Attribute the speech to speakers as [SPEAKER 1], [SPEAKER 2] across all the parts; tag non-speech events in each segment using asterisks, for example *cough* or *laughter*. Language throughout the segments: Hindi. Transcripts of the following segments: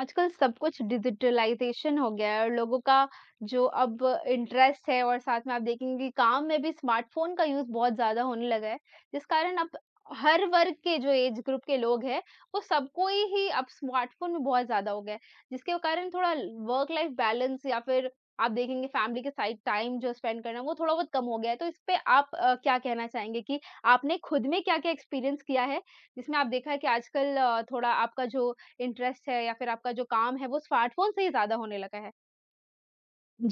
[SPEAKER 1] आजकल सब कुछ डिजिटलाइज़ेशन हो गया है और लोगों का जो अब इंटरेस्ट है और साथ में आप देखेंगे कि काम में भी स्मार्टफ़ोन का यूज़ बहुत ज़्यादा होने लगा है, जिस कारण अब हर वर्ग के जो एज ग्रुप के लोग हैं, वो सबको ही अब स्मार्टफ़ोन में बहुत ज़्यादा हो गया है, जिसके कारण थोड़ा वर्क लाइफ़ बैलेंस या फिर आप देखेंगे फैमिली के साइड टाइम जो स्पेंड करना, वो थोड़ा बहुत कम हो गया है। तो इस पे आप क्या कहना चाहेंगे कि आपने खुद में क्या-क्या एक्सपीरियंस किया है, जिसमें आप देखा है कि आजकल थोड़ा आपका जो इंटरेस्ट है या फिर आपका जो काम है वो स्मार्टफ़ोन से ही ज़्यादा होने लगा है।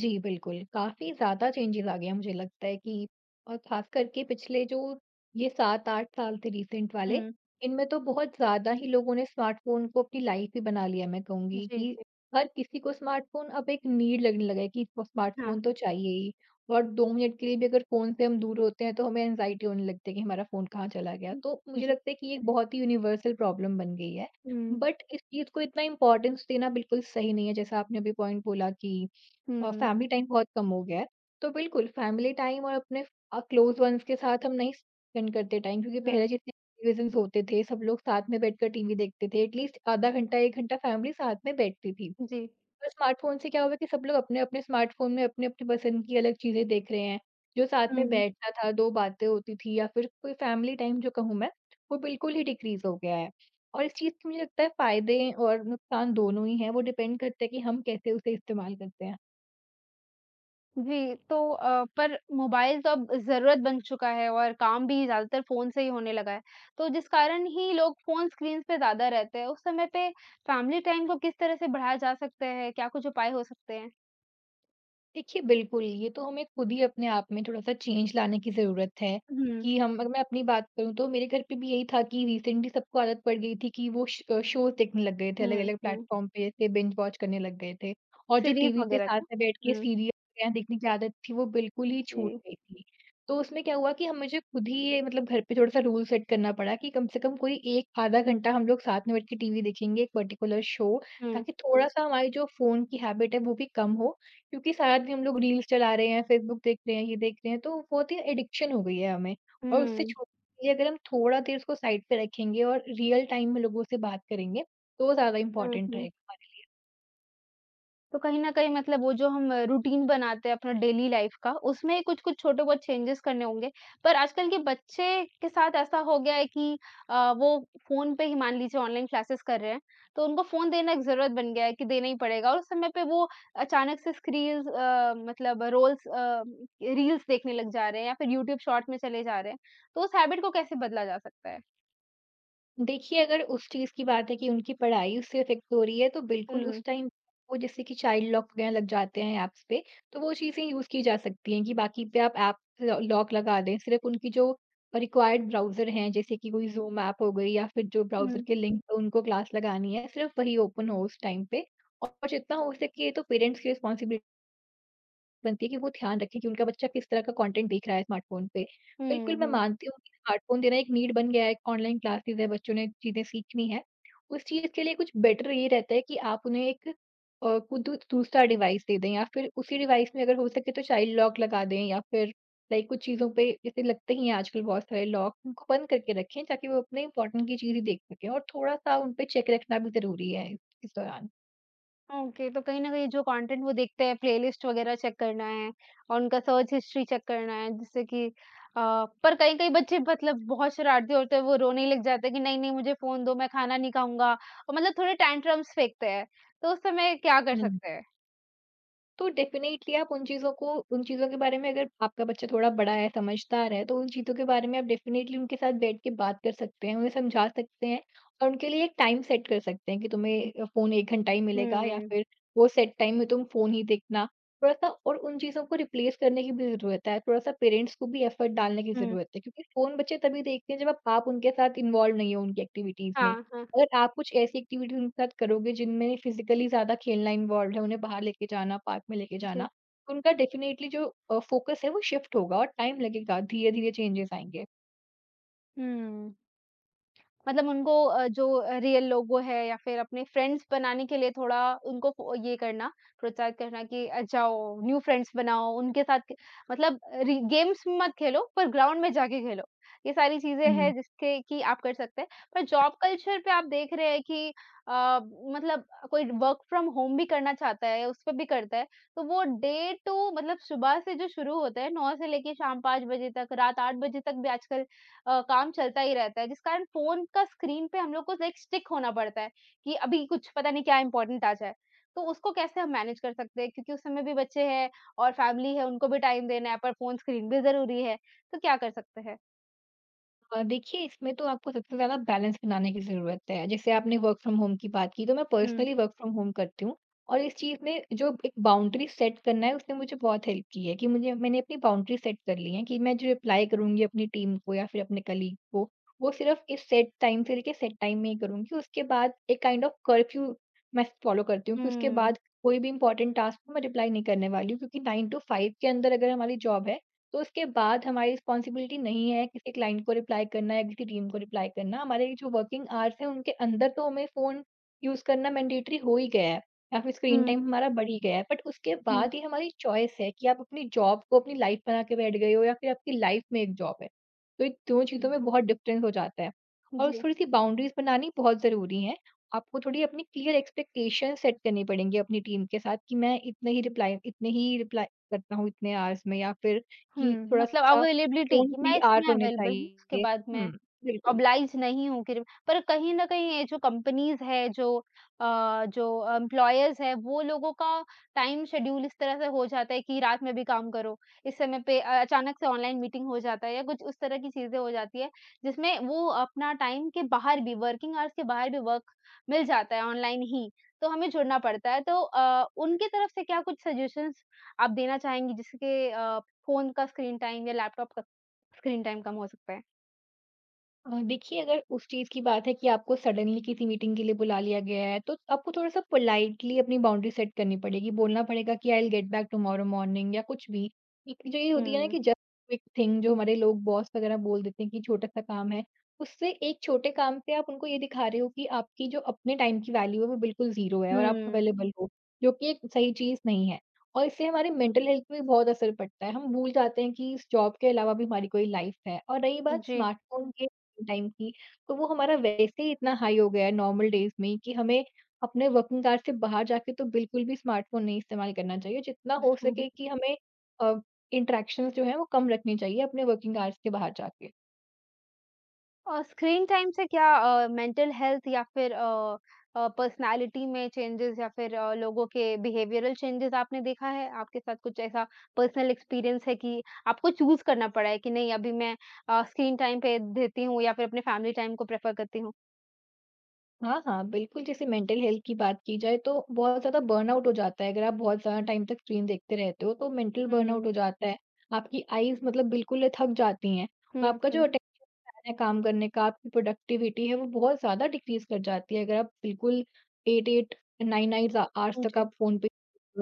[SPEAKER 2] जी, बिल्कुल। काफ़ी ज़्यादा चेंजेज़ आ गए हैं, मुझे लगता है कि और ख़ास करके पिछले जो ये 7-8 साल थे रीसेंट वाले,
[SPEAKER 1] हुँ।
[SPEAKER 2] इनमें तो बहुत ज़्यादा ही लोगों ने स्मार्टफ़ोन को अपनी लाइफ़ ही बना लिया, मैं कहूँगी
[SPEAKER 1] जी,
[SPEAKER 2] कि
[SPEAKER 1] जी।
[SPEAKER 2] हर किसी को स्मार्टफ़ोन अब एक नीड लगने लगा है कि वो
[SPEAKER 1] हाँ।
[SPEAKER 2] स्मार्टफ़ोन तो चाहिए ही। और 2 मिनट के लिए भी अगर फ़ोन से हम दूर होते हैं तो हमें एंग्ज़ायटी होने लगती है कि हमारा फ़ोन कहाँ चला गया।
[SPEAKER 1] हुँ,
[SPEAKER 2] तो मुझे
[SPEAKER 1] जी।
[SPEAKER 2] लगता है कि ये एक बहुत ही यूनिवर्सल प्रॉब्लम बन गई है।
[SPEAKER 1] हुँ,
[SPEAKER 2] बट इस चीज़ को इतना इम्पोर्टेंस देना बिल्कुल सही नहीं है, जैसा आपने अभी पॉइंट बोला कि
[SPEAKER 1] हुँ।
[SPEAKER 2] फैमिली टाइम बहुत कम हो गया है। तो बिल्कुल फैमिली टाइम और अपने क्लोज़ वन्स के साथ हम नहीं स्पेंड करते टाइम, क्योंकि पहले
[SPEAKER 1] हुँ,
[SPEAKER 2] जितने टेलीविज़न्स होते थे, सब लोग साथ में बैठकर टीवी देखते थे, एटलीस्ट आधा घंटा, 1 घंटा फैमिली साथ में बैठती थी।
[SPEAKER 1] जी।
[SPEAKER 2] पर स्मार्टफ़ोन से क्या हुआ कि सब लोग अपने-अपने स्मार्टफ़ोन में अपनी-अपनी पसंद की अलग चीज़ें देख रहे हैं। जो साथ में
[SPEAKER 1] हुँ।
[SPEAKER 2] बैठना था, 2 बातें होती थी या फिर कोई फैमिली टाइम जो कहूँ मैं, वो बिल्कुल ही डिक्रीज़ हो गया है। और इस चीज़ के मुझे लगता है फ़ायदे और नुकसान दोनों ही हैं, वो डिपेंड करता है कि हम कैसे उसे इस्तेमाल करते हैं।
[SPEAKER 1] जी, तो पर मोबाइल तो अब ज़रूरत बन चुका है और काम भी ज़्यादातर फ़ोन से ही होने लगा है। तो जिस कारण ही लोग फ़ोन स्क्रीन्स पे ज़्यादा रहते हैं, उस समय पे फैमिली टाइम को किस तरह से बढ़ाया जा सकता है? क्या कुछ उपाय हो सकते हैं?
[SPEAKER 2] देखिए, बिल्कुल, ये तो हमें खुद ही अपने आप में थोड़ा-सा चेंज लाने की ज़रूरत है
[SPEAKER 1] हुँ,
[SPEAKER 2] कि हम अगर मैं अपनी बात करूँ तो मेरे घर पे भी यही था कि रिसेंटली सबको आदत पड़ गई थी कि वो शोज़ देखने लग गए थे,
[SPEAKER 1] हुँ।
[SPEAKER 2] अलग-अलग
[SPEAKER 1] हुँ।
[SPEAKER 2] प्लेटफ़ॉर्म पे ऐसे बिंज वॉच करने लग गए थे। और जो
[SPEAKER 1] सीरीज़
[SPEAKER 2] टीवी पे
[SPEAKER 1] वग़ैरह
[SPEAKER 2] साथ
[SPEAKER 1] का?
[SPEAKER 2] में बैठ के
[SPEAKER 1] हुँ।
[SPEAKER 2] सीरियल वगैरह देखने की आदत थी, वो बिल्कुल ही छूट
[SPEAKER 1] जी।
[SPEAKER 2] गई थी। तो उसमें क्या हुआ कि हम मुझे खुद ही ये मतलब घर पे थोड़ा-सा रूल सेट करना पड़ा कि कम से कम कोई 1 आधा घंटा हम लोग साथ में बैठ के टीवी देखेंगे, एक पर्टिकुलर शो,
[SPEAKER 1] हुँ।
[SPEAKER 2] ताकि थोड़ा-सा हमारी जो फ़ोन की हैबिट है, वो भी कम हो। क्योंकि सारा दिन हम लोग रील्स चला रहे हैं, फेसबुक देख रहे हैं, ये देख रहे हैं, तो वो होती है एडिक्शन हो गई है हमें। और उससे
[SPEAKER 1] हुँ।
[SPEAKER 2] छोड़ने के लिए अगर हम थोड़ा देर उसको साइड पे रखेंगे और रियल टाइम में लोगों से बात करेंगे, तो वो ज़्यादा
[SPEAKER 1] हुँ,
[SPEAKER 2] इम्पोर्टेंट
[SPEAKER 1] हुँ।
[SPEAKER 2] रहेगा।
[SPEAKER 1] तो कहीं न कहीं मतलब वो जो हम रूटीन बनाते हैं अपना डेली लाइफ़ का, उसमें कुछ-कुछ छोटे बहुत चेंजेज़ करने होंगे। पर आजकल के बच्चे के साथ ऐसा हो गया है कि वो फ़ोन पे ही मान लीजिए ऑनलाइन क्लासेस कर रहे हैं, तो उनको फ़ोन देना एक ज़रूरत बन गया है कि देना ही पड़ेगा और उस समय पे वो अचानक से स्क्रील्स अ, मतलब रोल्स अ, रील्स देखने लग जा रहे हैं या फिर यूट्यूब शॉर्ट में चले जा रहे हैं। तो उस हैबिट को कैसे बदला जा सकता है?
[SPEAKER 2] देखिए, अगर उस चीज़ की बात है कि उनकी पढ़ाई उससे इफ़ेक्ट हो रही है, तो बिल्कुल
[SPEAKER 1] हुँ।
[SPEAKER 2] उस टाइम वो जैसे कि चाइल्ड लॉक वगैरह लग जाते हैं ऐप्स पे, तो वो चीज़ें यूज़ की जा सकती हैं कि बाकी पे आप ऐप लॉ लॉक लगा दें। सिर्फ़ उनकी जो रिक्वायर्ड ब्राउज़र हैं, जैसे कि कोई ज़ूम ऐप हो गई या फिर जो ब्राउज़र
[SPEAKER 1] हुँ।
[SPEAKER 2] के लिंक पे उनको क्लास लगानी है, सिर्फ़ वही ओपन हो उस टाइम पे। और जितना हो सके ये तो पेरेंट्स की रिस्पॉन्सिबिलिटी बनती है कि वो ध्यान रखें कि उनका बच्चा किस तरह का कंटेंट देख रहा है स्मार्टफ़ोन पे।
[SPEAKER 1] हुँ,
[SPEAKER 2] बिल्कुल, मैं
[SPEAKER 1] हुँ।
[SPEAKER 2] मानती हूँ कि स्मार्टफ़ोन देना एक नीड बन गया है, ऑनलाइन क्लासेज़ है, बच्चों ने चीज़ें सीखनी है। उस चीज़ के लिए कुछ बेटर ये रहता है कि आप उन्हें एक खुद दू दूसरा डिवाइस दे दें, या फिर उसी डिवाइस में अगर हो सके तो चाइल्ड लॉक लगा दें, या फिर लाइक कुछ चीज़ों पे जैसे लगते ही हैं आजकल बहुत सारे लॉक, उनको बंद करके रखें ताकि वो अपने इम्पोर्टेंट की चीज़ ही देख सकें। और थोड़ा-सा उन पे चेक रखना भी ज़रूरी है इस दौरान।
[SPEAKER 1] ओके, तो कहीं न कहीं जो कंटेंट वो देखते हैं, प्लेलिस्ट वगैरह चेक करना है और उनका सर्च हिस्ट्री चेक करना है, जिससे कि अ, पर कई-कई बच्चे मतलब बहुत शरारती होते हैं, वो रोने लग जाते हैं कि नहीं-नहीं मुझे फ़ोन दो, मैं खाना नहीं खाऊँगा और मतलब थोड़े टैंट्रम्स फेंकते हैं, तो उस समय क्या कर सकते हैं?
[SPEAKER 2] तो डेफ़िनेटली आप उन चीज़ों के बारे में, अगर आपका बच्चा थोड़ा बड़ा है, समझदार है, तो उन चीज़ों के बारे में आप डेफ़िनेटली उनके साथ बैठ के बात कर सकते हैं, उन्हें समझा सकते हैं। और उनके लिए एक टाइम सेट कर सकते हैं कि तुम्हें फ़ोन 1 घंटा ही मिलेगा, या
[SPEAKER 1] हुँ,
[SPEAKER 2] फिर वो सेट टाइम में तुम फ़ोन ही देखना। थोड़ा-सा और उन चीज़ों को रिप्लेस करने की भी ज़रूरत है, थोड़ा-सा पेरेंट्स को भी एफ़र्ट डालने की
[SPEAKER 1] हुँ,
[SPEAKER 2] ज़रूरत है, क्योंकि फ़ोन बच्चे तभी देखते हैं जब आप उनके साथ इन्वॉल्व नहीं हो उनकी एक्टिविटीज़ में।
[SPEAKER 1] हाँ, हाँ,
[SPEAKER 2] अगर आप कुछ ऐसी एक्टिविटी उनके साथ करोगे जिनमें फिजिकली ज़्यादा खेलना इन्वॉल्व्ड है, उन्हें बाहर लेके जाना, पार्क में लेके जाना,
[SPEAKER 1] जी,
[SPEAKER 2] तो उनका डेफ़िनेटली जो फ़ोकस है वो शिफ्ट होगा और टाइम लगेगा, धीरे-धीरे चेंजेज़ आएँगे।
[SPEAKER 1] हुँ। मतलब उनको जो रियल लोगो है या फिर अपने फ्रेंड्स बनाने के लिए थोड़ा उनको फ़ो ये करना, प्रोत्साहित करना कि जाओ न्यू फ्रेंड्स बनाओ, उनके साथ क मतलब रि गेम्स मत खेलो, पर ग्राउंड में जाके खेलो। ये सारी चीज़ें हैं जिसके कि आप कर सकते हैं। पर जॉब कल्चर पे आप देख रहे हैं कि अ, मतलब कोई वर्क फ्रॉम होम भी करना चाहता है, उस पे भी करता है। तो वो डे टू मतलब सुबह से जो शुरू होता है 9 से लेके शाम 5 बजे तक, रात 8 बजे तक भी आजकल काम चलता ही रहता है, जिस कारण फ़ोन का स्क्रीन पे हम लोग को लाइक स्टिक होना पड़ता है कि अभी कुछ पता नहीं क्या इम्पोर्टेंट आ जाए। तो उसको कैसे हम मैनेज कर सकते हैं? क्योंकि उस समय भी बच्चे हैं और फैमिली है, उनको भी टाइम देना है, पर फ़ोन स्क्रीन भी ज़रूरी है, तो क्या कर सकते हैं?
[SPEAKER 2] देखिए, इसमें तो आपको सबसे ज़्यादा बैलेंस बनाने की ज़रूरत है। जैसे आपने वर्क फ्रॉम होम की बात की, तो मैं
[SPEAKER 1] हुँ।
[SPEAKER 2] पर्सनली वर्क फ्रॉम होम करती हूँ। और इस चीज़ में जो एक बाउंड्री सेट करना है उसने मुझे बहुत हेल्प की है कि मुझे मैंने अपनी बाउंड्री सेट कर ली है कि मैं जो रिप्लाई करूँगी अपनी टीम को या फिर अपने कलीग को, वो सिर्फ़ इस सेट टाइम से लेके सेट टाइम में ही करूँगी। उसके बाद एक काइंड ऑफ कर्फ्यू मैं फ़ॉलो करती हूँ कि उसके
[SPEAKER 1] हुँ,
[SPEAKER 2] बाद कोई भी इम्पोर्टेंट टास्क को मैं रिप्लाई नहीं करने वाली हूँ, क्योंकि 9 टू 5 के अंदर अगर हमारी जॉब है तो उसके बाद हमारी रिस्पॉन्सिबिलिटी नहीं है किसी क्लाइंट को रिप्लाई करना या किसी टीम को रिप्लाई करना। हमारे जो वर्किंग आवर्स हैं उनके अंदर तो हमें फ़ोन यूज़ करना मैंडेटरी हो ही गया है, या फिर स्क्रीन
[SPEAKER 1] हुँ।
[SPEAKER 2] टाइम हमारा बढ़ ही गया है। बट उसके
[SPEAKER 1] हुँ।
[SPEAKER 2] बाद ये हमारी चॉइस है कि आप अपनी जॉब को अपनी लाइफ़ बना के बैठ गए हो, या फिर आपकी लाइफ़ में एक जॉब है। तो इन दोनों चीज़ों में
[SPEAKER 1] *laughs*
[SPEAKER 2] बहुत डिफ़रेंस हो जाता है, और
[SPEAKER 1] जी।
[SPEAKER 2] थोड़ी-सी बाउंड्रीज़ बनानी बहुत ज़रूरी है। आपको थोड़ी अपनी क्लियर एक्सपेक्टेशन सेट करनी पड़ेंगी अपनी टीम के साथ कि मैं इतने ही रिप्लाई करता हूँ इतने आवर्स में, या फिर
[SPEAKER 1] हुँ,
[SPEAKER 2] कि
[SPEAKER 1] मतलब
[SPEAKER 2] थोड़ा-सा
[SPEAKER 1] अवेलेबिलिटी
[SPEAKER 2] फ़ोन
[SPEAKER 1] कि मैं
[SPEAKER 2] फ्री
[SPEAKER 1] इस समय
[SPEAKER 2] आवर होने
[SPEAKER 1] अवेलेबल हूँ, उसके
[SPEAKER 2] चाहिए।
[SPEAKER 1] बाद मैं
[SPEAKER 2] हुँ, बिल्कुल।
[SPEAKER 1] ऑब्लाइज्ड नहीं हूँ कि पर कहीं न कहीं ये जो कंपनीज़ है, जो जो एम्प्लॉयर्स हैं, वो लोगों का टाइम शेड्यूल इस तरह से हो जाता है कि रात में भी काम करो। इस समय पे अचानक से ऑनलाइन मीटिंग हो जाता है या कुछ उस तरह की चीज़ें हो जाती है, जिसमें वो अपना टाइम के बाहर भी वर्किंग आवर्स के बाहर भी वर्क मिल जाता है ऑनलाइन ही, तो हमें जुड़ना पड़ता है। तो उनकी तरफ से क्या कुछ सजेशंस आप देना चाहेंगी जिसके फ़ोन का स्क्रीन टाइम या लैपटॉप का स्क्रीन टाइम कम हो सकता है?
[SPEAKER 2] देखिए, अगर उस चीज़ की बात है कि आपको सडनली किसी मीटिंग के लिए बुला लिया गया है, तो आपको थोड़ा-सा पोलाइटली अपनी बाउंड्री सेट करनी पड़ेगी, बोलना पड़ेगा कि I will get back tomorrow morning या कुछ भी। एक जो ये होती है ना
[SPEAKER 1] हुँ।
[SPEAKER 2] कि जस्ट क्विक थिंग जो हमारे लोग बॉस वगैरह बोल देते हैं कि छोटा-सा काम है, उससे एक छोटे काम से आप उनको ये दिखा रहे हो कि आपकी जो अपने टाइम की वैल्यू है वो बिल्कुल ज़ीरो है और आप
[SPEAKER 1] हुँ।
[SPEAKER 2] अवेलेबल हो, जो कि एक सही चीज़ नहीं है। और इससे हमारे मेंटल हेल्थ पे भी बहुत असर पड़ता है, हम भूल जाते हैं कि इस जॉब के अलावा भी हमारी कोई लाइफ़ है। और रही बात
[SPEAKER 1] जी।
[SPEAKER 2] स्मार्टफ़ोन के टाइम की, तो वो हमारा वैसे ही इतना हाई हो गया है नॉर्मल डेज़ में कि हमें अपने वर्किंग आवर्स से बाहर जाके तो बिल्कुल भी स्मार्टफ़ोन नहीं इस्तेमाल करना चाहिए। जितना हो
[SPEAKER 1] *laughs* हुँ, हुँ।
[SPEAKER 2] सके कि हमें अ, इंटरैक्शंस जो हैं वो कम रखनी चाहिए अपने वर्किंग आवर्स के बाहर जाके।
[SPEAKER 1] और स्क्रीन टाइम से क्या मेंटल हेल्थ या फिर पर्सनैलिटी में चेंजेस या फिर लोगों के बिहेवियरल चेंजेस आपने देखा है? आपके साथ कुछ ऐसा पर्सनल एक्सपीरियंस है कि आपको चूज़ करना पड़ा है कि नहीं अभी मैं स्क्रीन टाइम पे देती हूँ या फिर अपने फैमिली टाइम को प्रेफ़र करती हूँ?
[SPEAKER 2] हाँ, हाँ, बिल्कुल। जैसे मेंटल हेल्थ की बात की जाए तो बहुत ज़्यादा बर्नआउट हो जाता है। अगर आप बहुत ज़्यादा टाइम तक स्क्रीन देखते रहते हो तो मेंटल
[SPEAKER 1] हुँ,
[SPEAKER 2] बर्नआउट हो जाता है। आपकी आईज़ मतलब बिल्कुल थक जाती हैं।
[SPEAKER 1] हुँ।
[SPEAKER 2] और आपका जो
[SPEAKER 1] हुँ।
[SPEAKER 2] अटेंशन स्पैन है काम करने का, आपकी प्रोडक्टिविटी है, वो बहुत ज़्यादा डिक्रीज़ कर जाती है। अगर आप बिल्कुल 8-8 9-9 आ आवर्स तक
[SPEAKER 1] जी।
[SPEAKER 2] आप फ़ोन पे,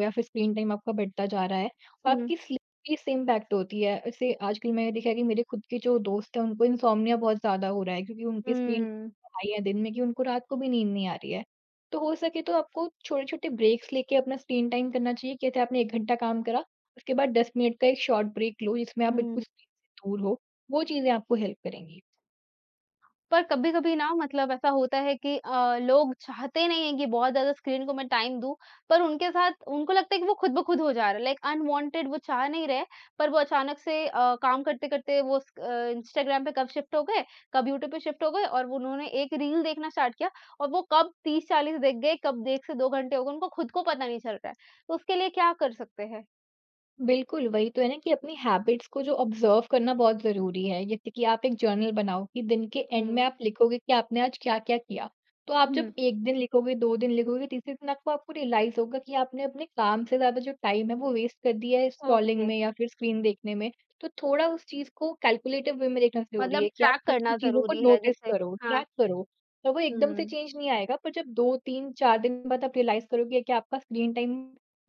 [SPEAKER 2] या फिर स्क्रीन टाइम आपका बढ़ता जा रहा है, और
[SPEAKER 1] हुँ,
[SPEAKER 2] आपकी स्लीप पे इससे इम्पैक्ट होती है। ऐसे आजकल मैंने देखा है कि मेरे खुद के जो दोस्त हैं उनको इनसोम्निया बहुत ज़्यादा हो रहा है, क्योंकि उनकी स्क्रीन
[SPEAKER 1] हुँ,
[SPEAKER 2] पढ़ाई है दिन में कि उनको रात को भी नींद नहीं आ रही है। तो हो सके तो आपको छोटे-छोटे ब्रेक्स लेके अपना स्क्रीन टाइम करना चाहिए। जैसे आपने 1 घंटा काम करा, उसके बाद 10 मिनट का एक शॉर्ट ब्रेक लो जिसमें आप
[SPEAKER 1] हुँ।
[SPEAKER 2] बिल्कुल स्क्रीन से दूर हो। वो चीज़ें आपको हेल्प करेंगी।
[SPEAKER 1] पर कभी-कभी ना मतलब ऐसा होता है कि लोग चाहते नहीं हैं कि बहुत ज़्यादा स्क्रीन को मैं टाइम दूँ, पर उनके साथ उनको लगता है कि वो खुद ब खुद हो जा रहा है, लाइक अनवांटेड वो चाह नहीं रहे, पर वो अचानक से काम करते-करते वो इंस्टाग्राम पे कब शिफ्ट हो गए, कब यूट्यूब पे शिफ्ट हो गए और वो उन्होंने एक रील देखना स्टार्ट किया और वो कब 30-40 देख गए, कब 1 से 2 घंटे हो गए, उनको खुद को पता नहीं चल रहा है। तो उसके लिए क्या कर सकते हैं?
[SPEAKER 2] बिल्कुल, वही तो है ना कि अपनी हैबिट्स को जो ऑब्ज़र्व करना बहुत ज़रूरी है। जैसे कि आप एक जर्नल बनाओ कि दिन के एंड में
[SPEAKER 1] हुँ,
[SPEAKER 2] आप लिखोगे कि आपने आज क्या-क्या किया। तो आप जब
[SPEAKER 1] हुँ,
[SPEAKER 2] 1 दिन लिखोगे, 2 दिन लिखोगे, तीसरे दिन आपको आपको रियलाइज़ होगा कि आपने अपने काम से ज़्यादा जो टाइम है, वो वेस्ट कर दिया है
[SPEAKER 1] ओके,
[SPEAKER 2] स्क्रॉलिंग में या फिर स्क्रीन देखने में। तो थोड़ा उस चीज़ को कैलकुलेटिव वे में देखना ज़रूरी
[SPEAKER 1] मतलब
[SPEAKER 2] है, कि आप
[SPEAKER 1] ट्रैक
[SPEAKER 2] खुद की
[SPEAKER 1] करना
[SPEAKER 2] चीज़ों को
[SPEAKER 1] ज़रूरी है
[SPEAKER 2] नोटिस
[SPEAKER 1] जैसे
[SPEAKER 2] करो,
[SPEAKER 1] हाँ,
[SPEAKER 2] ट्रैक करो। तो वो एकदम से
[SPEAKER 1] हुँ,
[SPEAKER 2] चेंज नहीं आएगा, पर जब 2, 3, 4 दिन बाद आप रियलाइज़ करोगे कि आपका स्क्रीन टाइम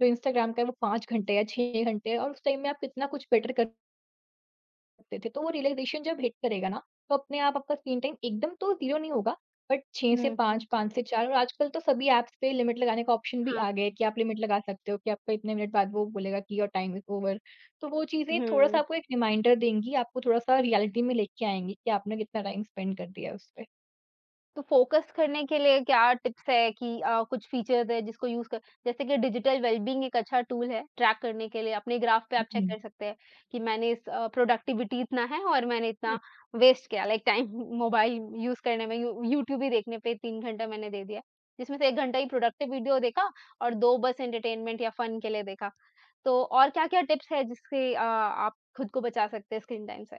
[SPEAKER 2] जो इंस्टाग्राम का है वो 5 घंटे या 6 घंटे है, और उस टाइम में आप कितना कुछ बेटर कर सकते थे। तो वो रियलाइज़ेशन जब हिट करेगा ना, तो अपने आप आपका स्क्रीन टाइम एकदम तो 0 नहीं होगा, बट 6 से
[SPEAKER 1] हुँ, हुँ,
[SPEAKER 2] 5, 5 से 4। और आजकल तो सभी ऐप्स पे लिमिट लगाने का ऑप्शन भी
[SPEAKER 1] हाँ।
[SPEAKER 2] आ गया है कि आप लिमिट लगा सकते हो कि आपका इतने मिनट बाद वो बोलेगा कि योर टाइम इज़ ओवर। तो वो चीज़ें थोड़ा-सा
[SPEAKER 1] हुँ।
[SPEAKER 2] आपको एक रिमाइंडर देंगी, आपको थोड़ा-सा रियलिटी में लेके आएँगी कि आपने कितना टाइम स्पेंड कर दिया है उस पे।
[SPEAKER 1] तो फ़ोकस करने के लिए क्या टिप्स है कि कुछ फ़ीचर्स है जिसको यूज़ कर जैसे कि डिजिटल वेलबीइंग एक अच्छा टूल है ट्रैक करने के लिए, अपने ग्राफ पे आप चेक
[SPEAKER 2] हुँ।
[SPEAKER 1] कर सकते हैं कि मैंने इस प्रोडक्टिविटी इतना है और मैंने इतना वेस्ट किया लाइक टाइम *laughs* मोबाइल यूज़ करने में यू यूट्यूब ही देखने पे 3 घंटा मैंने दे दिया, जिसमें से 1 घंटा ही प्रोडक्टिव वीडियो देखा और 2 बस एंटरटेनमेंट या फ़न के लिए देखा। तो और क्या-क्या टिप्स है जिससे आप खुद को बचा सकते हैं स्क्रीन टाइम से?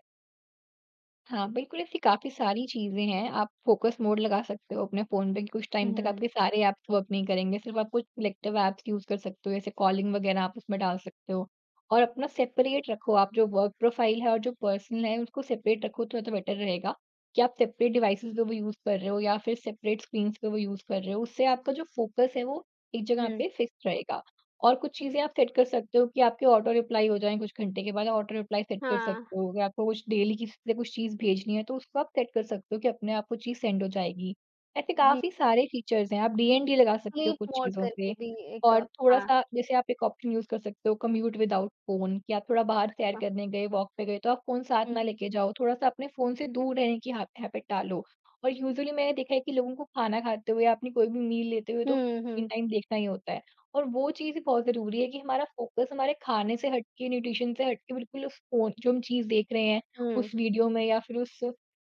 [SPEAKER 2] हाँ, बिल्कुल ऐसी काफ़ी सारी चीज़ें हैं। आप फ़ोकस मोड लगा सकते हो अपने फ़ोन पे कि कुछ टाइम तक
[SPEAKER 1] हुँ।
[SPEAKER 2] आपके सारे ऐप्स वर्क नहीं करेंगे, सिर्फ़ आप कुछ सिलेक्टिव ऐप्स यूज़ कर सकते हो, जैसे कॉलिंग वगैरह आप उसमें डाल सकते हो। और अपना सेपरेट रखो, आप जो वर्क प्रोफ़ाइल है और जो पर्सनल है उसको सेपरेट रखो, तो ज़्यादा बेटर रहेगा कि आप सेपरेट डिवाइसेज़ पे वो यूज़ कर रहे हो या फिर सेपरेट स्क्रीन्स पे वो यूज़ कर रहे हो। उससे आपका जो फ़ोकस है वो एक जगह
[SPEAKER 1] हुँ।
[SPEAKER 2] पे फ़िक्स रहेगा। और कुछ चीज़ें आप सेट कर सकते हो कि आपके ऑटो रिप्लाई हो जाएँ, कुछ घंटे के बाद ऑटो रिप्लाई सेट कर
[SPEAKER 1] हाँ।
[SPEAKER 2] सकते हो। अगर आपको कुछ डेली किसी से कुछ चीज़ भेजनी है, तो उसको आप सेट कर सकते हो कि अपने आप वो चीज़ सेंड हो जाएगी। ऐसे काफ़ी सारे फीचर्स हैं, आप डीएनडी लगा सकते हो
[SPEAKER 1] स्लीप
[SPEAKER 2] कुछ
[SPEAKER 1] मोड
[SPEAKER 2] चीज़ों
[SPEAKER 1] करके
[SPEAKER 2] पे।
[SPEAKER 1] भी एक
[SPEAKER 2] और
[SPEAKER 1] हाँ,
[SPEAKER 2] थोड़ा-सा जैसे आप एक ऑप्शन यूज़ कर सकते हो कम्यूट विदाउट फ़ोन कि आप थोड़ा बाहर सैर
[SPEAKER 1] हाँ।
[SPEAKER 2] करने गए, वॉक पे गए, तो आप फ़ोन साथ ना
[SPEAKER 1] हुँ।
[SPEAKER 2] लेके जाओ। थोड़ा-सा अपने फ़ोन से दूर रहने की हा हैबिट डालो। और यूजुअली मैंने देखा है कि लोगों को खाना खाते हुए या अपनी कोई भी मील लेते हुए तो
[SPEAKER 1] हुँ, हुँ,
[SPEAKER 2] स्क्रीन टाइम देखना ही होता है। और वो चीज़ ही बहुत ज़रूरी है कि हमारा फ़ोकस हमारे खाने से हट के, न्यूट्रिशन से हट के बिल्कुल उस फ़ोन जो हम चीज़ देख रहे हैं,
[SPEAKER 1] हुँ।
[SPEAKER 2] उस वीडियो में या फिर उस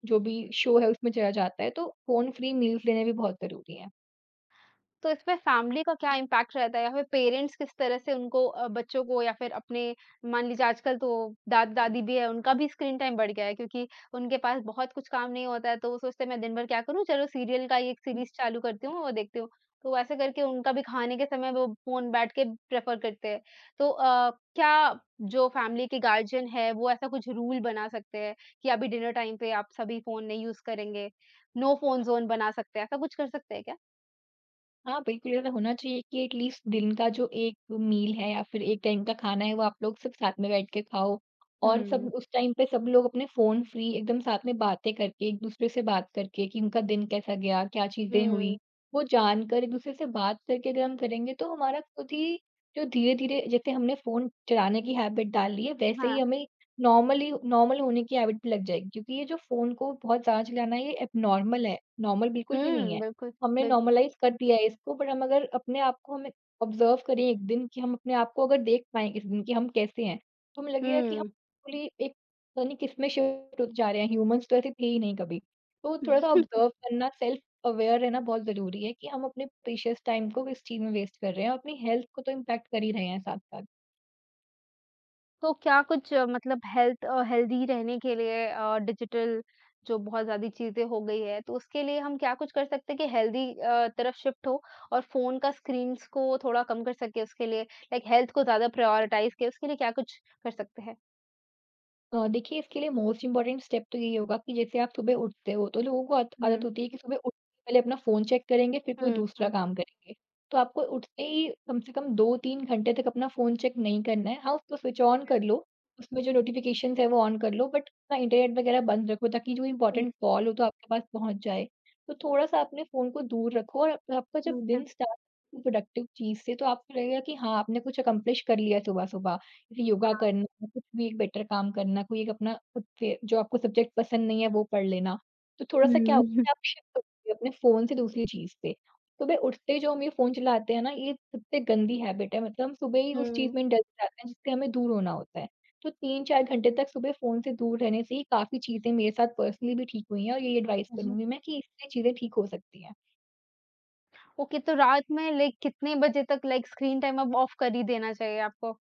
[SPEAKER 2] जो भी शो है उसमें चला जाता है, तो फ़ोन फ्री मील्स लेने भी बहुत ज़रूरी हैं।
[SPEAKER 1] तो इसमें फैमिली का क्या इम्पैक्ट रहता है या फिर पेरेंट्स किस तरह से उनको बच्चों को या फिर अपने मान लीजिए आजकल तो दादा-दादी भी है, उनका भी स्क्रीन टाइम बढ़ गया है क्योंकि उनके पास बहुत कुछ काम नहीं होता है, तो वो सोचते हैं मैं दिन भर क्या करूँ? चलो सीरियल का ये एक सीरीज़ चालू करती हूँ, वो देखती हूँ। तो ऐसे करके उनका भी खाने के समय वो फ़ोन बैठ के प्रेफ़र करते हैं। तो क्या जो फैमिली के गार्जियन है वो ऐसा कुछ रूल बना सकते हैं कि अभी डिनर टाइम पे आप सभी फ़ोन नहीं यूज़ करेंगे, नो फ़ोन ज़ोन बना सकते हैं, ऐसा कुछ कर सकते हैं क्या?
[SPEAKER 2] हाँ, बिल्कुल ऐसा होना चाहिए कि एट लीस्ट दिन का जो 1 मील है या फिर 1 टाइम का खाना है वो आप लोग सब साथ में बैठ के खाओ। और सब
[SPEAKER 1] हुँ।
[SPEAKER 2] उस टाइम पे सब लोग अपने फ़ोन फ्री एकदम साथ में बातें करके, एक-दूसरे से बात करके कि उनका दिन कैसा गया, क्या चीज़ें हुई,
[SPEAKER 1] हुँ।
[SPEAKER 2] वो जानकर एक-दूसरे से बात करके अगर हम करेंगे तो हमारा खुद ही जो धीरे-धीरे जैसे हमने फ़ोन चलाने की हैबिट डाल ली है वैसे ही
[SPEAKER 1] हाँ।
[SPEAKER 2] हमें नॉर्मली नॉर्मल होने की हैबिट भी लग जाएगी, क्योंकि ये जो फ़ोन को बहुत ज़्यादा चलाना है ये एबनॉर्मल है, नॉर्मल बिल्कुल भी नहीं
[SPEAKER 1] हुँ,
[SPEAKER 2] है।
[SPEAKER 1] बिल्कुल,
[SPEAKER 2] हमने
[SPEAKER 1] बिल्कुल।
[SPEAKER 2] नॉर्मलाइज़ कर दिया है इसको, बट हम अगर अपने आप को, हमें ऑब्ज़र्व करें एक दिन कि हम अपने आप को अगर देख पाएँ इस दिन कि हम कैसे हैं, तो हमें लगेगा कि हम
[SPEAKER 1] हुँ।
[SPEAKER 2] एक्चुअली एक पता नहीं किसमें शिफ्ट होते जा रहे हैं, ह्यूमन्स तो ऐसे थे ही नहीं कभी। तो थोड़ा-सा ऑब्ज़र्व करना, सेल्फ़ अवेयर रहना बहुत ज़रूरी है कि हम अपने प्रीशियस टाइम को किस चीज़ में वेस्ट कर रहे हैं और अपनी हेल्थ को तो इम्पैक्ट कर ही रहे हैं साथ-साथ।
[SPEAKER 1] तो क्या कुछ मतलब हेल्थ हेल्दी रहने के लिए डिजिटल जो बहुत ज़्यादा चीज़ें हो गई है, तो उसके लिए हम क्या कुछ कर सकते हैं कि हेल्दी तरफ शिफ्ट हो और फ़ोन का स्क्रीन्स को थोड़ा कम कर सके उसके लिए, लाइक हेल्थ को ज़्यादा प्रायोरिटाइज़ किया, उसके लिए क्या कुछ कर सकते हैं?
[SPEAKER 2] देखिए, इसके लिए मोस्ट इम्पोर्टेंट स्टेप तो यही होगा कि जैसे आप सुबह उठते हो तो लोगों को आद
[SPEAKER 1] हुँ,
[SPEAKER 2] आदत होती है कि सुबह उठ के पहले अपना फ़ोन चेक करेंगे फिर कोई
[SPEAKER 1] हुँ।
[SPEAKER 2] दूसरा
[SPEAKER 1] हुँ।
[SPEAKER 2] काम करेंगे। तो आपको उठते ही कम से कम 2-3 घंटे तक अपना फ़ोन चेक नहीं करना है। हाँ, उसको स्विच ऑन
[SPEAKER 1] ओके।
[SPEAKER 2] कर लो, उसमें जो नोटिफ़िकेशंस है वो ऑन कर लो, बट अपना इंटरनेट वगैरह बंद रखो, ताकि जो
[SPEAKER 1] हुँ,
[SPEAKER 2] इम्पोर्टेंट कॉल हो तो आपके पास पहुँच जाए। तो थोड़ा-सा अपने फ़ोन को दूर रखो, और अप आपका जब
[SPEAKER 1] हुँ, हुँ,
[SPEAKER 2] दिन स्टार्ट प्रोडक्टिव चीज़ से, तो आपको लगेगा कि हाँ, आपने कुछ अकम्प्लिश कर लिया सुबह-सुबह। जैसे योगा
[SPEAKER 1] हाँ।
[SPEAKER 2] करना, कुछ भी एक बेटर काम करना, कोई एक अपना खुद से जो आपको सब्जेक्ट पसंद नहीं है वो पढ़ लेना। तो थोड़ा-सा क्या होता
[SPEAKER 1] हुँ।
[SPEAKER 2] है, आप शिफ्ट होते हो अपने फ़ोन से दूसरी चीज़ पे। सुबह उठते ही जो हम ये फ़ोन चलाते हैं ना, ये सबसे गंदी हैबिट है, मतलब हम सुबह ही उस चीज़
[SPEAKER 1] हुँ,
[SPEAKER 2] में इंडल्ज हो जाते हैं जिससे हमें दूर होना होता है। तो 3-4 घंटे तक सुबह फ़ोन से दूर रहने से ही काफ़ी चीज़ें मेरे साथ पर्सनली भी ठीक हुई हैं, और ये एडवाइस
[SPEAKER 1] जी।
[SPEAKER 2] करूँगी मैं कि इससे चीज़ें ठीक हो सकती हैं।
[SPEAKER 1] ओके, तो रात में लाइक कितने बजे तक लाइक स्क्रीन टाइम अब ऑफ कर ही देना चाहिए आपको?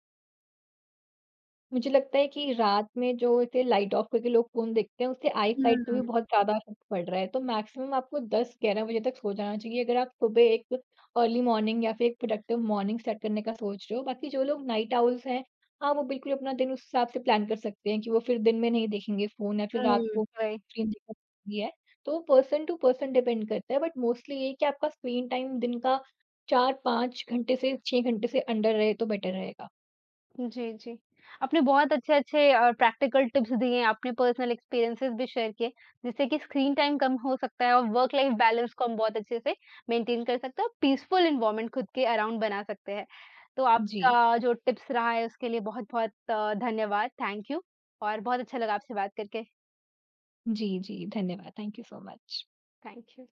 [SPEAKER 2] मुझे लगता है कि रात में जो इसे लाइट ऑफ करके लोग फ़ोन देखते हैं, उससे आई
[SPEAKER 1] हुँ,
[SPEAKER 2] साइट पे भी
[SPEAKER 1] हुँ,
[SPEAKER 2] बहुत ज़्यादा इफ़ेक्ट पड़ रहा है। तो मैक्सिमम आपको 10-11 बजे तक सो जाना चाहिए, अगर आप सुबह एक अर्ली मॉर्निंग या फिर एक प्रोडक्टिव मॉर्निंग सेट करने का सोच रहे हो। बाकी जो लोग नाइट आउल्स हैं, हाँ, वो बिल्कुल अपना दिन उस हिसाब से प्लान कर सकते हैं कि वो फिर दिन में नहीं देखेंगे फ़ोन या फिर रात को
[SPEAKER 1] वही।
[SPEAKER 2] स्क्रीन देखना है। तो पर्सन टू पर्सन डिपेंड करता है, बट मोस्टली ये है कि आपका स्क्रीन टाइम दिन का 4-5 घंटे से 6 घंटे से अंडर रहे तो बेटर रहेगा।
[SPEAKER 1] जी, जी। आपने बहुत अच्छे-अच्छे प्रैक्टिकल टिप्स दिए, आपने पर्सनल एक्सपीरियंसेस भी शेयर किए, जिससे कि स्क्रीन टाइम कम हो सकता है और वर्क लाइफ बैलेंस को हम बहुत अच्छे से मेंटेन कर सकते हैं और पीसफुल एनवायरनमेंट खुद के अराउंड बना सकते हैं। तो
[SPEAKER 2] जी।
[SPEAKER 1] आपका जो टिप्स रहा है उसके लिए बहुत-बहुत धन्यवाद, थैंक यू और बहुत अच्छा लगा आपसे बात करके।
[SPEAKER 2] जी, जी, धन्यवाद। Thank you so much.
[SPEAKER 1] Thank you.